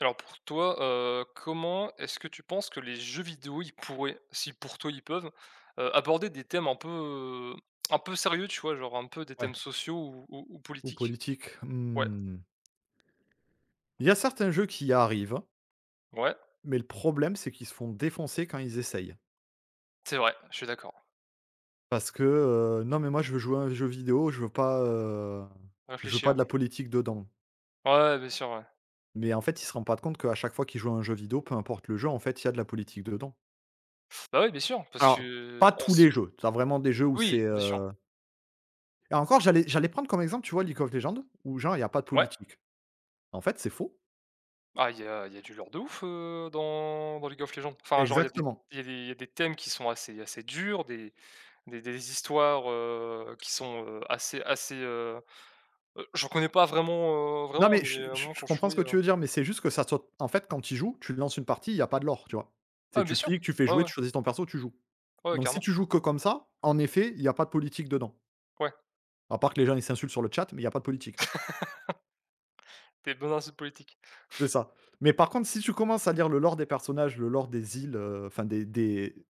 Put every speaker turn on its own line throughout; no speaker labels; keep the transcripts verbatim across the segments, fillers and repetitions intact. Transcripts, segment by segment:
Alors pour toi, heu, comment est-ce que tu penses que les jeux vidéo, ils pourraient, si pour toi ils peuvent, heu, aborder des thèmes un peu, heu, un peu sérieux, tu vois? Genre un peu des thèmes
Ouais,
sociaux ou ou ou
ou
politiques?
politique.
Ouais,
Mmh. Il y a certains jeux qui y arrivent,
ouais,
mais le problème, c'est qu'ils se font défoncer quand ils essayent.
c'est vrai, je suis d'accord.
Parce que, heu, non, mais moi, je veux jouer à un jeu vidéo, je veux pas, heu, je veux pas
Réfléchir.
de la politique dedans.
Ouais, ouais, bien sûr, ouais.
Mais en fait, ils se rendent pas compte qu'à chaque fois qu'ils jouent à un jeu vidéo, peu importe le jeu, en fait, il y a de la politique dedans.
Bah, oui, bien sûr, parce
Alors,
que
pas
on
tous
s
les jeux. T'as vraiment des jeux où c'est,
oui, bien sûr.
heu et encore, j'allais j'allais prendre comme exemple, tu vois, League of Legends, où genre, il y a pas de
Ouais.
politique. En fait, c'est faux.
Ah, il y a il y a du lore de ouf, heu, dans dans League of Legends. Enfin, genre il y a des
Exactement.
il y a des il y a des thèmes qui sont assez assez durs, des des des histoires, heu, qui sont, heu, assez assez, euh, Heu, j'en connais pas vraiment, heu,
Non,
vraiment,
mais
mais
je
heu,
je
moi
je
quand je
comprends
jouais,
ce que
heu
tu veux dire, mais c'est juste que ça soit en fait, quand tu y joues, tu lances une partie, il y a pas de lore, tu vois? C'est
Ah bien
tu
sûr,
cliques, tu fais
ouais,
jouer,
ouais,
tu choisis ton perso, tu joues.
ouais, ouais,
Donc si
carrément,
tu joues que comme ça, en effet, il y a pas de politique dedans.
ouais,
À part que les gens, ils s'insultent sur le chat, mais il y a pas de politique.
des bons insights politiques.
C'est ça. Mais par contre, si tu commences à lire le lore des personnages, le lore des îles, heu, enfin des des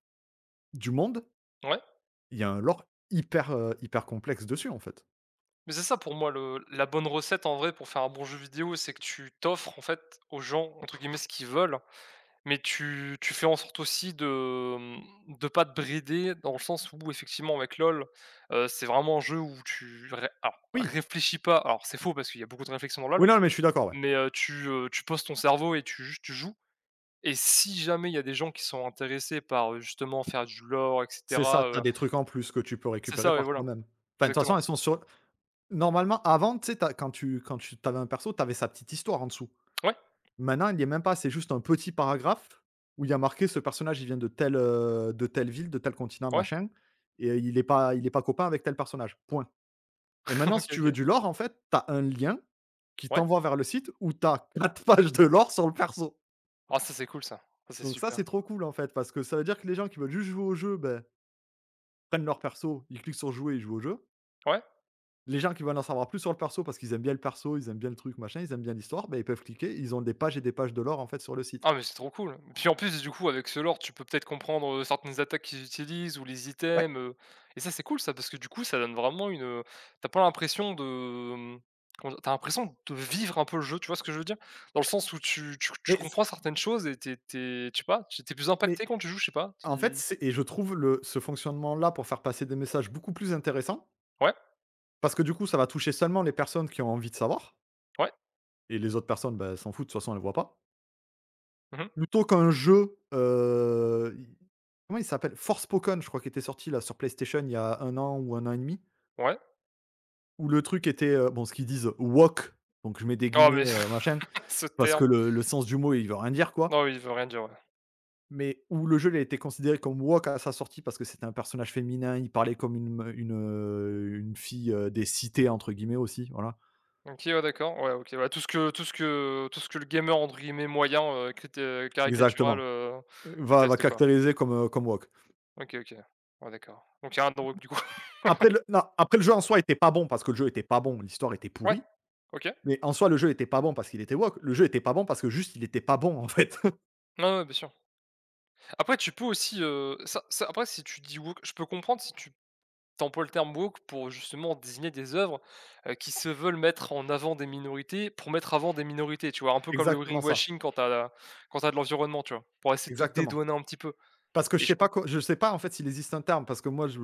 du monde,
Ouais,
il y a un lore hyper, heu, hyper complexe dessus, en fait.
mais c'est ça pour moi le la bonne recette en vrai pour faire un bon jeu vidéo, c'est que tu t'offres en fait aux gens entre guillemets ce qu'ils veulent, mais tu tu fais en sorte aussi de, mmh, de pas te brider dans le sens où effectivement avec LOL, heu, c'est vraiment un jeu où tu ré alors
Oui.
réfléchis pas, alors c'est faux parce qu'il y a beaucoup de réflexion dans
Oui,
LOL,
non, mais je suis d'accord, ouais.
mais heu, tu, heu, tu poses ton cerveau et tu juste tu joues. Et si jamais il y a des gens qui sont intéressés par, heu, justement faire du lore et
C'est
cetera,
ça, t'as
heu
des trucs en plus que tu peux
c'est
récupérer
ça, ouais,
par
voilà.
toi-même. Enfin, de toute façon,
Exactement.
elles sont sur… Normalement, avant, tu sais, tu quand tu quand tu avais un perso, tu avais sa petite histoire en dessous.
Ouais,
Maintenant, il y est même pas, c'est juste un petit paragraphe où il y a marqué: «Ce personnage, il vient de telle, heu, de telle ville, de tel continent,
ouais,
machin et il est pas il est pas copain avec tel personnage», point. Et maintenant, si
OK,
tu veux
OK.
du lore, en fait, tu as un lien qui
Ouais.
t'envoie vers le site où tu as quatre pages de lore sur le perso.
Ah ça, c'est cool ça. Ça, c'est
Donc ça,
super.
c'est trop cool, en fait, parce que ça veut dire que les gens qui veulent juste jouer au jeu, ben, prennent leur perso, ils cliquent sur «Jouer» et ils jouent au jeu.
Ouais.
Les gens qui veulent en savoir plus sur le perso parce qu'ils aiment bien le perso, ils aiment bien le truc, machin, ils aiment bien l'histoire, ben ils peuvent cliquer, ils ont des pages et des pages de lore, en fait, sur le site.
Ah mais c'est trop cool. Puis en plus, du coup, avec ce lore, tu peux peut-être comprendre, heu, certaines attaques qu'ils utilisent ou les
Ouais.
items, heu Et ça, c'est cool ça, parce que du coup, ça donne vraiment une, t'as pas l'impression de, hem, comment dire? Tu l'impression de vivre un peu le jeu, tu vois ce que je veux dire? Dans le sens où tu tu tu
Mais c
comprends certaines choses et t'es t'es tu sais pas, tu es plus
mais
impacté quand tu joues, je sais pas,
en fait,
tu
c'est et je trouve le ce fonctionnement-là pour faire passer des messages beaucoup plus intéressant,
ouais?
parce que du coup, ça va toucher seulement les personnes qui ont envie de savoir
Ouais.
et les autres personnes, ben s'en foutent, de toute façon, elles ne voient pas.
Mmh.
Plutôt qu'un jeu, heu, i comment il s'appelle? Forspoken, je crois qu'il était sorti, là, sur PlayStation il y a un an ou un an et demi,
Ouais.
où le truc était, heu, bon, ce qu'ils disent, woke, donc je mets des
Oh
guillemets,
mais
heu, machin.
ce
Parce que
terme.
le le sens du mot, il veut rien dire, quoi,
Non, oui, il veut rien dire, ouais.
mais où le jeu, il a été considéré comme woke à sa sortie parce que c'était un personnage féminin, il parlait comme une me une, heu, une fille, heu, «des cités» entre guillemets aussi, voilà.
OK, ouais, d'accord. Ouais, OK, ouais, tout ce que tout ce que tout ce que le gamer entre guillemets «moyen», heu, criti heu, caricatural,
Exactement.
heu,
Heu, va va
déteste quoi.
caractériser comme, heu, comme woke.
OK, OK. Ouais, d'accord. Donc il y a un drogue du coup.
Après le non, après le jeu en soi était pas bon parce que le jeu était pas bon, l'histoire était
Ouais,
pourrie,
OK.
mais en soi, le jeu était pas bon parce qu'il était woke, le jeu était pas bon parce que juste, il était pas bon, en fait.
Non, ouais, bien sûr. Après tu peux aussi, heu, ça ça après si tu dis woke je peux comprendre si tu Templeton Book pour justement désigner des œuvres, heu, qui se veulent mettre en avant des minorités, pour mettre avant des minorités, tu vois? Un peu comme le
Exactement ça,
greenwashing quand t'as as quand t'as de l'environnement, tu vois? Pour essayer de te
exactement.
dédouaner un petit peu
Parce que je
et je
sais
comp
pas co je sais pas en fait s'il existe un terme, parce que moi je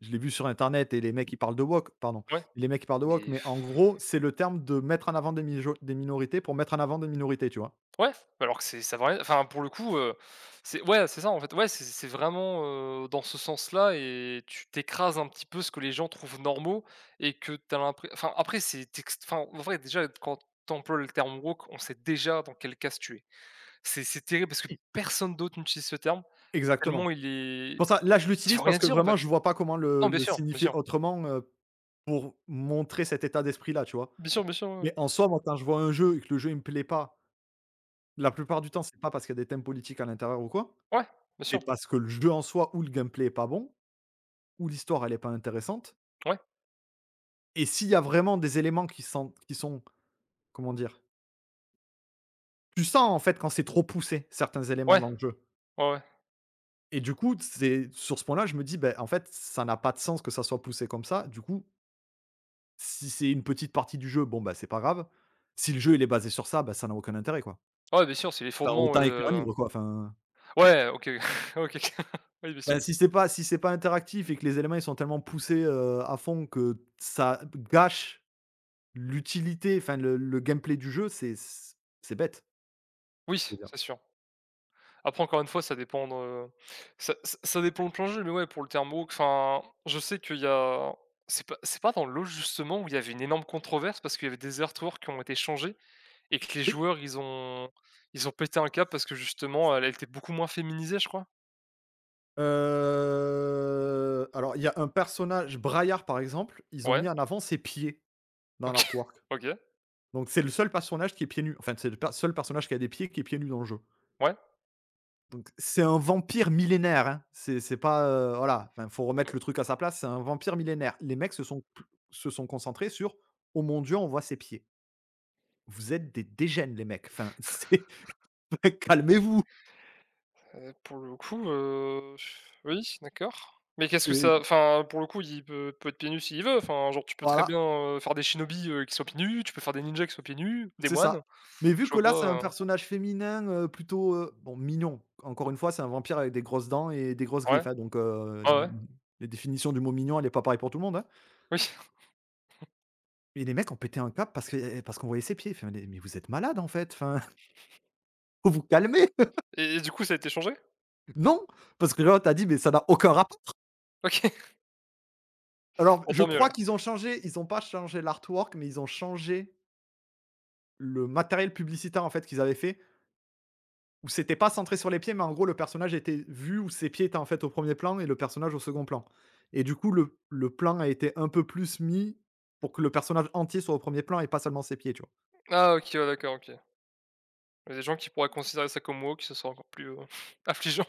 je l'ai vu sur internet et les mecs ils parlent de wok, pardon,
ouais,
les mecs ils parlent de wok,
mais
mais en
pff,
gros, c'est le terme de mettre en avant des mijo des minorités pour mettre en avant des minorités, tu vois?
ouais, alors que c'est ça va rien enfin pour le coup, heu, c'est ouais, c'est ça en fait, ouais, c'est c'est vraiment, heu, dans ce sens-là et tu t'écrases un petit peu ce que les gens trouvent normaux et que t'as l'impression. Enfin après c'est ext enfin en vrai déjà quand t'emploies le terme woke, on sait déjà dans quel cas se tuer. C'est c'est terrible parce que personne d'autre n'utilise ce terme, tellement
Exactement.
il est
Pour ça, là je
il veut
l'utilise parce
rien
que
dire en
vraiment
fait.
je vois pas comment le
Non, bien
le
sûr, bien
signifier
sûr.
autrement, heu, pour montrer cet état d'esprit-là, tu vois?
Bien sûr, bien sûr, ouais,
Mais en soi, moi quand je vois un jeu et que le jeu il me plaît pas, la plupart du temps, c'est pas parce qu'il y a des thèmes politiques à l'intérieur ou quoi,
ouais. Ouais, bien
c'est
sûr.
parce que le jeu en soi ou le gameplay est pas bon, ou l'histoire elle est pas intéressante.
Ouais,
Et s'il y a vraiment des éléments qui sont qui sont comment dire? Tu sens en fait quand c'est trop poussé, certains éléments
ouais,
dans le jeu
ouais, ouais.
et du coup, c'est sur ce point-là, je me dis: ben en fait, ça n'a pas de sens que ça soit poussé comme ça». Du coup, si c'est une petite partie du jeu, bon, bah, c'est pas grave. Si le jeu, il est basé sur ça, bah, ça n'a aucun intérêt, quoi.
Ouais, bien sûr, c'est les
Enfin,
fondements, ouais,
autant écrire un
heu,
livre, quoi, enfin,
Ouais, OK, OK. ok. Oui, bien sûr.
bah, si c'est pas si c'est pas interactif et que les éléments, ils sont tellement poussés, heu, à fond que ça gâche l'utilité, enfin le le gameplay du jeu, c'est c'est bête, je
Oui,
veux dire.
c'est sûr. Après encore une fois, ça dépend de ça ça ça dépend de plein de jeux, mais ouais, pour le terme woke, enfin, je sais qu'il y a c'est pas c'est pas dans l'eau justement où il y avait une énorme controverse parce qu'il y avait des artworks qui ont été changés. Et que les
Oui?
joueurs, ils ont ils ont pété un câble parce que justement, elle elle était beaucoup moins féminisée, je crois?
Heu, alors il y a un personnage Braillard par exemple, ils ont
Ouais,
mis en avant ses pieds dans
OK,
l'artwork.
OK,
Donc c'est le seul personnage qui est pieds nus. Enfin c'est le per seul personnage qui a des pieds qui est pieds nus dans le jeu.
ouais,
Donc c'est un vampire millénaire, hein. C'est c'est pas, heu, voilà, enfin faut remettre le truc à sa place, c'est un vampire millénaire. Les mecs se sont se sont concentrés sur: «Oh mon Dieu, on voit ses pieds». Vous êtes des dégènes les mecs, enfin c'est calmez-vous,
heu, pour le coup, heu, oui, d'accord. Mais qu'est-ce que
c'est
ça enfin, pour le coup, il peut peut être pieds nus s'il veut, enfin, genre, tu peux très bien,
voilà.
heu, faire des shinobi heu, qui sont pieds nus, tu peux faire des ninjas qui sont pieds nus, des
C'est
moines,
ça. Mais
je
vu que
vois
là, c'est un
pas, heu
personnage féminin, heu, plutôt, heu, bon mignon. Encore une fois, c'est un vampire avec des grosses dents et des grosses
ouais,
griffes, hein, donc heu,
ah
i
ouais,
la définition du mot mignon, elle est pas pareille pour tout le monde, hein.
oui
Mais les mecs ont pété un câble parce que, eh, parce qu'on voyait ses pieds. Enfin, mais mais vous êtes malade en fait, enfin, faut vous calmer.
et et du coup, ça a été changé?
Non, parce que l'autre a dit: «Mais ça n'a aucun rapport».
OK,
Alors
bon,
je
tant mieux
crois
alors.
qu'ils ont changé, ils ont pas changé l'artwork, mais ils ont changé le matériel publicitaire en fait qu'ils avaient fait. Où c'était pas centré sur les pieds, mais en gros, le personnage était vu où ses pieds étaient en fait au premier plan et le personnage au second plan. Et du coup, le, le plan a été un peu plus mis pour que le personnage entier soit au premier plan et pas seulement ses pieds, tu vois?
Ah OK, ouais, d'accord, OK. Il y a des gens qui pourraient considérer ça comme woke, ce serait encore plus, heu, affligeant.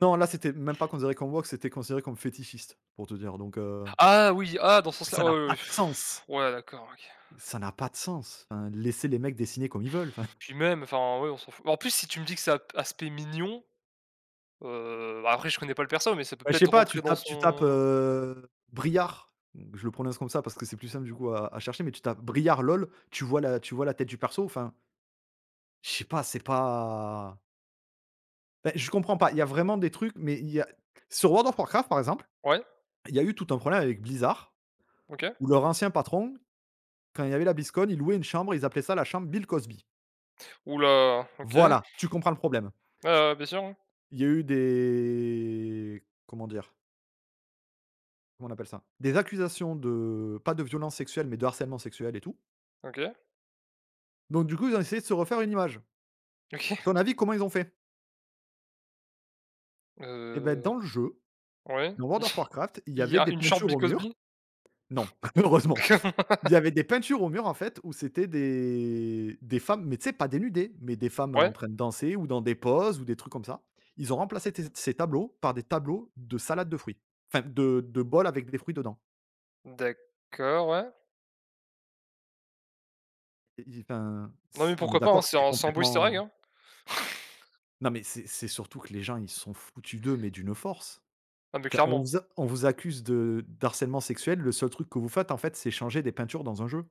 Non, là, c'était même pas considéré comme woke, c'était considéré comme fétichiste, pour te dire. Donc, heu,
Ah oui, ah dans ce sens-là,
ça n'a
ouais, ouais,
pas
ouais.
de sens!
Ouais, d'accord, OK.
Ça n'a pas de sens! Enfin, laissez les mecs dessiner comme ils veulent, enfin.
Puis même, enfin, ouais, on s'en fout. En plus, si tu me dis que c'est ap aspect mignon, heu, bah, après je connais pas le perso, mais ça peut
Bah, je sais
peut-être
pas,
rentrer
tu
dans
tapes tu tapes,
son
heu, Briard, je le prononce comme ça parce que c'est plus simple du coup à à chercher, mais tu tapes Briard LOL, tu vois la tu vois la tête du perso, enfin. Je sais pas, c'est pas bah, je comprends pas. Il y a vraiment des trucs, mais il y a sur World of Warcraft, par exemple,
ouais,
il y a eu tout un problème avec Blizzard,
OK.
où leur ancien patron, quand il y avait la BlizzCon, ils louaient une chambre, ils appelaient ça la chambre Bill Cosby.
Ouh là, OK. Ouais,
Voilà, tu comprends le problème.
ouais, bien sûr, ouais.
Il y a eu des comment dire? Comment on appelle ça? Des accusations de pas de violence sexuelle, mais de harcèlement sexuel et tout.
OK,
Donc du coup, ils ont essayé de se refaire une image.
OK.
À ton avis, comment ils ont fait? Et ben
Heu,
dans le jeu,
ouais.
dans World of Warcraft, il y
Il y
avait
a
des
une Short
peintures
B
au mur.
Cosby?
Non, heureusement. Il y avait des peintures au mur, en fait, où c'était des des femmes, mais tu sais, pas dénudées, mais des femmes en
Ouais,
train de danser ou dans des poses ou des trucs comme ça. Ils ont remplacé tes ces tableaux par des tableaux de salade de fruits, enfin de de bols avec des fruits dedans.
d'accord, ouais.
Et i enfin,
Non, mais
c on est
pourquoi pas, hein,
d'accord que
c'est
c'est
un c'est un beau easter egg,
complètement…
hein.
Non, mais c'est c'est surtout que les gens, ils sont foutus d'eux, mais d'une force.
Ah, mais
Enfin, on
clairement.
vous a on vous accuse de d'harcèlement sexuel, le seul truc que vous faites, en fait, c'est changer des peintures dans un jeu.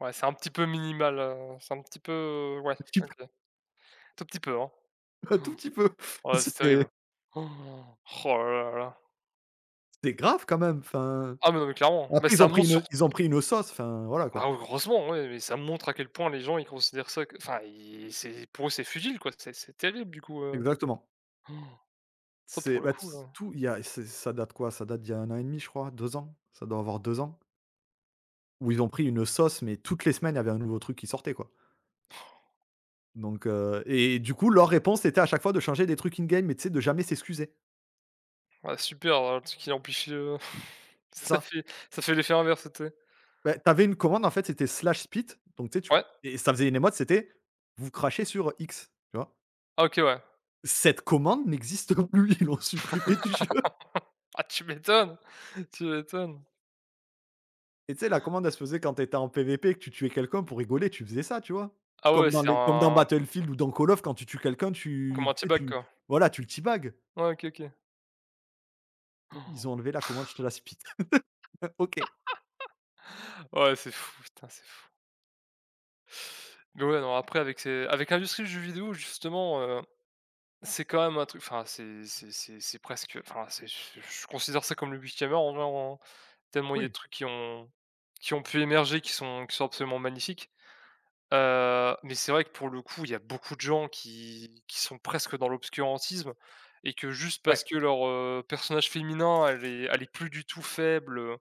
Ouais, c'est un petit peu minimal, heu, c'est un petit peu ouais,
Un petit peu,
OK. Tout petit peu, hein.
un tout petit peu.
Ouais, c'est
C'est
terrible. Oh oh là là là.
c'est grave quand même, enfin…
Ah mais non, mais clairement. Mais
Après ils
ça
ont pris
montre
une ils ont
surtout
pris une sauce, enfin voilà
bah,
quoi.
heureusement, ouais, mais ça montre à quel point les gens ils considèrent ça que enfin ils c'est pour eux c'est futile quoi, c'est c'est terrible du coup, heu.
Exactement.
Ça pour
C'est
le
bah, ts
coup, là.
tout il y a c'est ça date quoi? Ça date d'il y a un an et demi je crois, deux ans. Ça doit avoir deux ans, où ils ont pris une sauce, mais toutes les semaines, il y avait un nouveau truc qui sortait quoi. Donc heu et du coup, leur réponse était à chaque fois de changer des trucs in game, mais tu sais, de jamais s'excuser.
Ah super, heu, le truc qui amplifie, heu,
C'est
ça
ça.
fait ça fait l'effet inverse, tu sais?
Bah, tu une commande en fait, c'était slash spit, donc tu sais, tu
Ouais?
et ça faisait une émote, c'était: «Vous crachez sur X», tu vois?
Ah OK, ouais.
Cette commande n'existe plus, ils l'ont supprimée du jeu.
Ah tu m'étonnes, tu m'étonnes.
Et tu sais, la commande, elle se faisait quand t'étais en P V P et que tu tuais quelqu'un pour rigoler, tu faisais ça, tu vois?
Ah ouais,
Comme dans
c'est
les comme dans
un
Battlefield ou dans Call of, quand tu tues quelqu'un,
comme
tu
un
tu sais,
t-bag
tu
quoi.
voilà, tu le teabag.
Ouais, OK, OK.
I Ils ont enlevé la commande, je te la spit. OK.
Oh, ouais, c'est fou, putain, c'est fou. Mais ouais, non, après avec ces avec l'industrie du jeu vidéo justement, heu c'est quand même un truc enfin c'est c'est c'est c'est presque enfin c'est je je considère ça comme le Warhammer en vrai, en tellement il y a des
Oui,
trucs qui ont qui ont pu émerger qui sont qui sont absolument magnifiques. Heu, mais c'est vrai que pour le coup, il y a beaucoup de gens qui qui sont presque dans l'obscurantisme et que juste
ouais,
parce que leur, heu, personnage féminin, elle est elle est plus du tout faible, heu,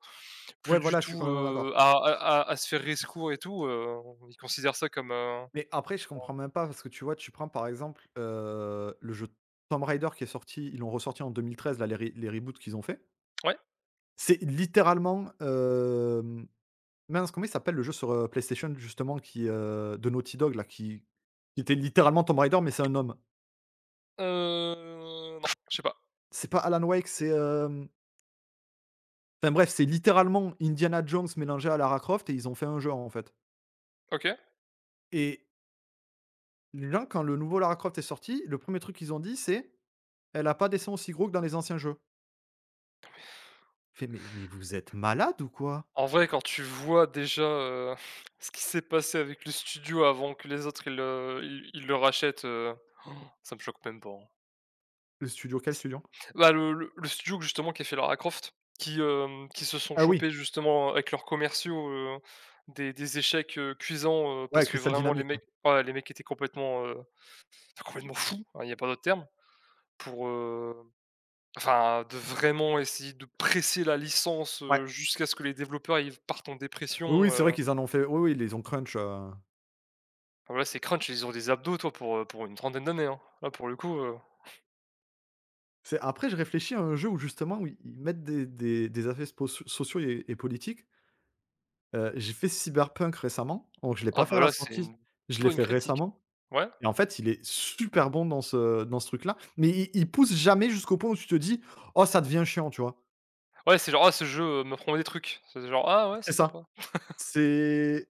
plus
ouais,
du
voilà, je suis
tout,
complètement d'accord.
heu, à à à à se faire rescourir et tout, heu, ils considèrent ça comme, heu
Mais après, je comprends même pas parce que tu vois, tu prends par exemple, heu, le jeu Tomb Raider qui est sorti, ils l'ont ressorti en deux mille treize là, les re les reboots qu'ils ont fait.
ouais,
C'est littéralement, euh, mince, comment il s'appelle le jeu sur, heu, PlayStation justement qui, heu, de Naughty Dog là, qui qui était littéralement Tomb Raider, mais c'est un homme.
heu, non, je sais pas.
C'est pas Alan Wake, c'est, hem, enfin bref, c'est littéralement Indiana Jones mélangé à Lara Croft et ils ont fait un jeu en fait.
OK.
Et les gens quand le nouveau Lara Croft est sorti, le premier truc qu'ils ont dit c'est: «Elle a pas des seins aussi gros que dans les anciens jeux». Je «Mais mais vous êtes malade ou quoi ?»
En vrai, quand tu vois déjà, heu, ce qui s'est passé avec le studio avant que les autres ils le ils ils le rachètent, heu, ça me choque même pas, hein.
Le studio quel studio?
Bah, le le le studio justement qui a fait Lara Croft, qui, hem, qui se sont
Ah oui,
chopés justement avec leurs commerciaux, heu, des des échecs, heu, cuisants, heu,
ouais,
parce que
Crystal
vraiment les
Dynamics, ouais.
mecs ouais, les mecs étaient complètement, heu, complètement fous, hein, il y a pas d'autre terme, pour, heu, enfin de vraiment essayer de presser la licence,
Ouais.
heu, jusqu'à ce que les développeurs ils partent en
Oui,
dépression.
oui, c'est vrai qu'ils en ont fait oui, oui, ils les ont crunch, heu
Ah bah, là, c'est crunch, ils ont des abdos, toi, pour, heu, pour une trentaine d'années, hein. Là, pour le coup, heu,
c'est après je réfléchis à un jeu où justement où ils mettent des des des aspects spo sociaux et et politiques. Heu, j'ai fait Cyberpunk récemment, donc je l'ai
ah
pas fait
bah,
à la
là, c'est
sortie,
une
je l'ai
bonne
fait
critique, hein.
récemment
Ouais?
et en fait il est super bon dans ce dans ce truc-là, mais il il pousse jamais jusqu'au point où tu te dis: «Oh ça devient chiant», tu vois?
Ouais, c'est genre: «Ah ce jeu, euh, me m'apprend des trucs». C'est genre: «Ah ouais,
C'est
c'est
ça,
sympa».
c'est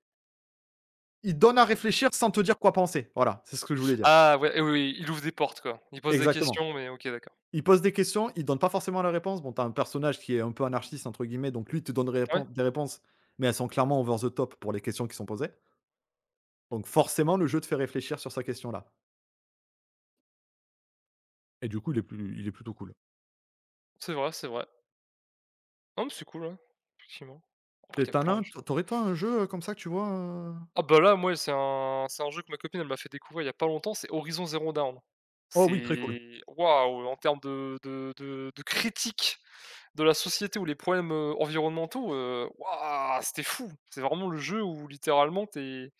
il donne à réfléchir sans te dire quoi penser, voilà, c'est ce que je voulais dire.
Ah ouais, eh oui, oui, il ouvre des portes, quoi. Il pose des
Exactement.
questions, mais OK, d'accord.
Ils posent des questions, ils donnent pas forcément la réponse. Bon, t'as un personnage qui est un peu anarchiste, entre guillemets, donc lui, il te donne des
Ouais,
répons- des réponses, mais elles sont clairement over the top pour les questions qui sont posées. Donc forcément, le jeu te fait réfléchir sur sa question-là. Et du coup, il est, plus, il est plutôt cool.
c'est vrai, c'est vrai. Non, mais c'est cool, ouais, effectivement. Après, il y
Et
a
t'en as
plein de
un- t- t'aurais pas un jeu euh, comme ça que tu vois euh
ah bah là, moi, c'est un c'est un jeu que ma copine, elle m'a fait découvrir il y a pas longtemps, c'est Horizon Zero Dawn.
oh oui, très cool.
C'est waouh, en termes de de de de critique de la société ou les problèmes, heu, environnementaux, heu, waouh, c'était fou! C'est vraiment le jeu où littéralement t'es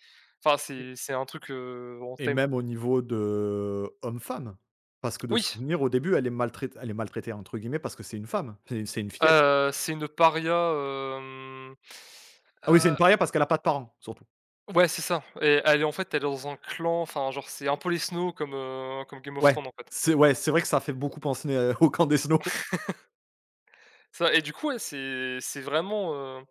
enfin
Et
c'est c'est un truc, heu, en
et
thème
même au niveau de euh, homme-femme. Parce que de
oui,
souvenir, au début, elle est maltraitée, elle est maltraitée entre guillemets, parce que c'est une femme, c'est c'est une fillette.
heu, c'est une paria, hem,
Ah oui, c'est
heu,
une paria parce qu'elle a pas de parents, surtout.
ouais, c'est ça et elle est en fait, elle est dans un clan, enfin genre c'est un peu les Snow comme, heu, comme Game of
Ouais,
Thrones en fait.
c'est ouais, c'est vrai que ça fait beaucoup penser euh, au camp des snow.
Ça et du coup, ouais, c'est c'est vraiment, heu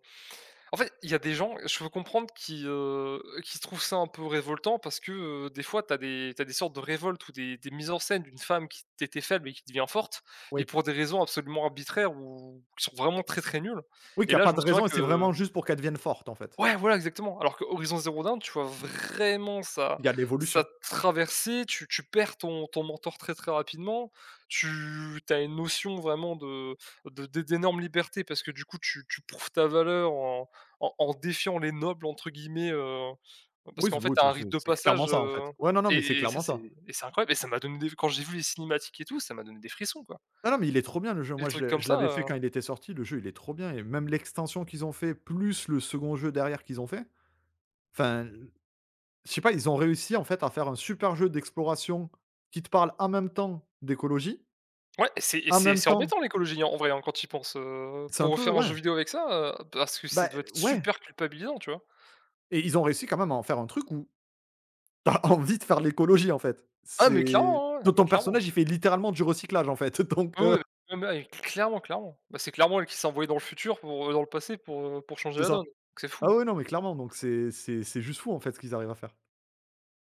en fait, il y a des gens, je peux comprendre qui, heu, qui trouvent ça un peu révoltant parce que, heu, des fois, tu as des t'as des sortes de révoltes ou des des mises en scène d'une femme qui était faible et qui devient forte, mais
Oui.
pour des raisons absolument arbitraires ou qui sont vraiment très, très nulles
Oui, qu'il
et
y a
là,
pas
je me
de
souviens
raison et c'est
que
vraiment juste pour qu'elle devienne forte, en fait.
ouais, voilà, exactement. Alors que Horizon Zero Dawn, tu vois vraiment ça,
Il y a de
ça
l'évolution.
traversée, tu tu perds ton ton mentor très, très rapidement. Tu tu as une notion vraiment de de d'é d'énorme liberté parce que du coup tu tu prouves ta valeur en en en «défiant les nobles» entre guillemets, heu, parce
Oui, c'est
qu'en fait
oui,
t'as
tu
un
c'est
rite de
c'est clairement
passage,
ça, en fait.
heu
Ouais, non, non, mais c'est
et et ça
clairement
c'est
ça.
et c'est incroyable et ça m'a donné des quand j'ai vu les cinématiques et tout, ça m'a donné des frissons, quoi.
Non, non, mais il est trop bien le jeu.
Des
Moi, je
trucs
l'ai
comme
je
ça,
l'avais fait
heu
quand il était sorti, le jeu, il est trop bien et même l'extension qu'ils ont fait, plus le second jeu derrière qu'ils ont fait, enfin, je sais pas, ils ont réussi, en fait, à faire un super jeu d'exploration qui te parle en même temps d'écologie,
ouais, c'est et
en
c'est
même
c'est
temps
embêtant l'écologie, hein, en vrai, hein, quand tu y penses, heu,
c'est
pour
un peu
refaire un
ouais,
jeu vidéo avec ça, heu, parce que ça
bah,
doit être
ouais
super culpabilisant, tu vois?
et ils ont réussi quand même à en faire un truc où tu as envie de faire l'écologie, en fait.
Ah mais
C'est
clairement, ouais, ouais,
ton
mais
ton
clairement.
personnage, il fait littéralement du recyclage, en fait, donc
Oui,
heu,
oui, non, mais mais clairement, clairement. Bah, c'est clairement elle qui s'est envoyée dans le futur pour, euh, dans le passé pour, heu, pour changer
c'est
la donne.
ça.
Donc C'est fou.
Ah ouais non, mais clairement, donc c'est c'est c'est juste fou, en fait, ce qu'ils arrivent à faire.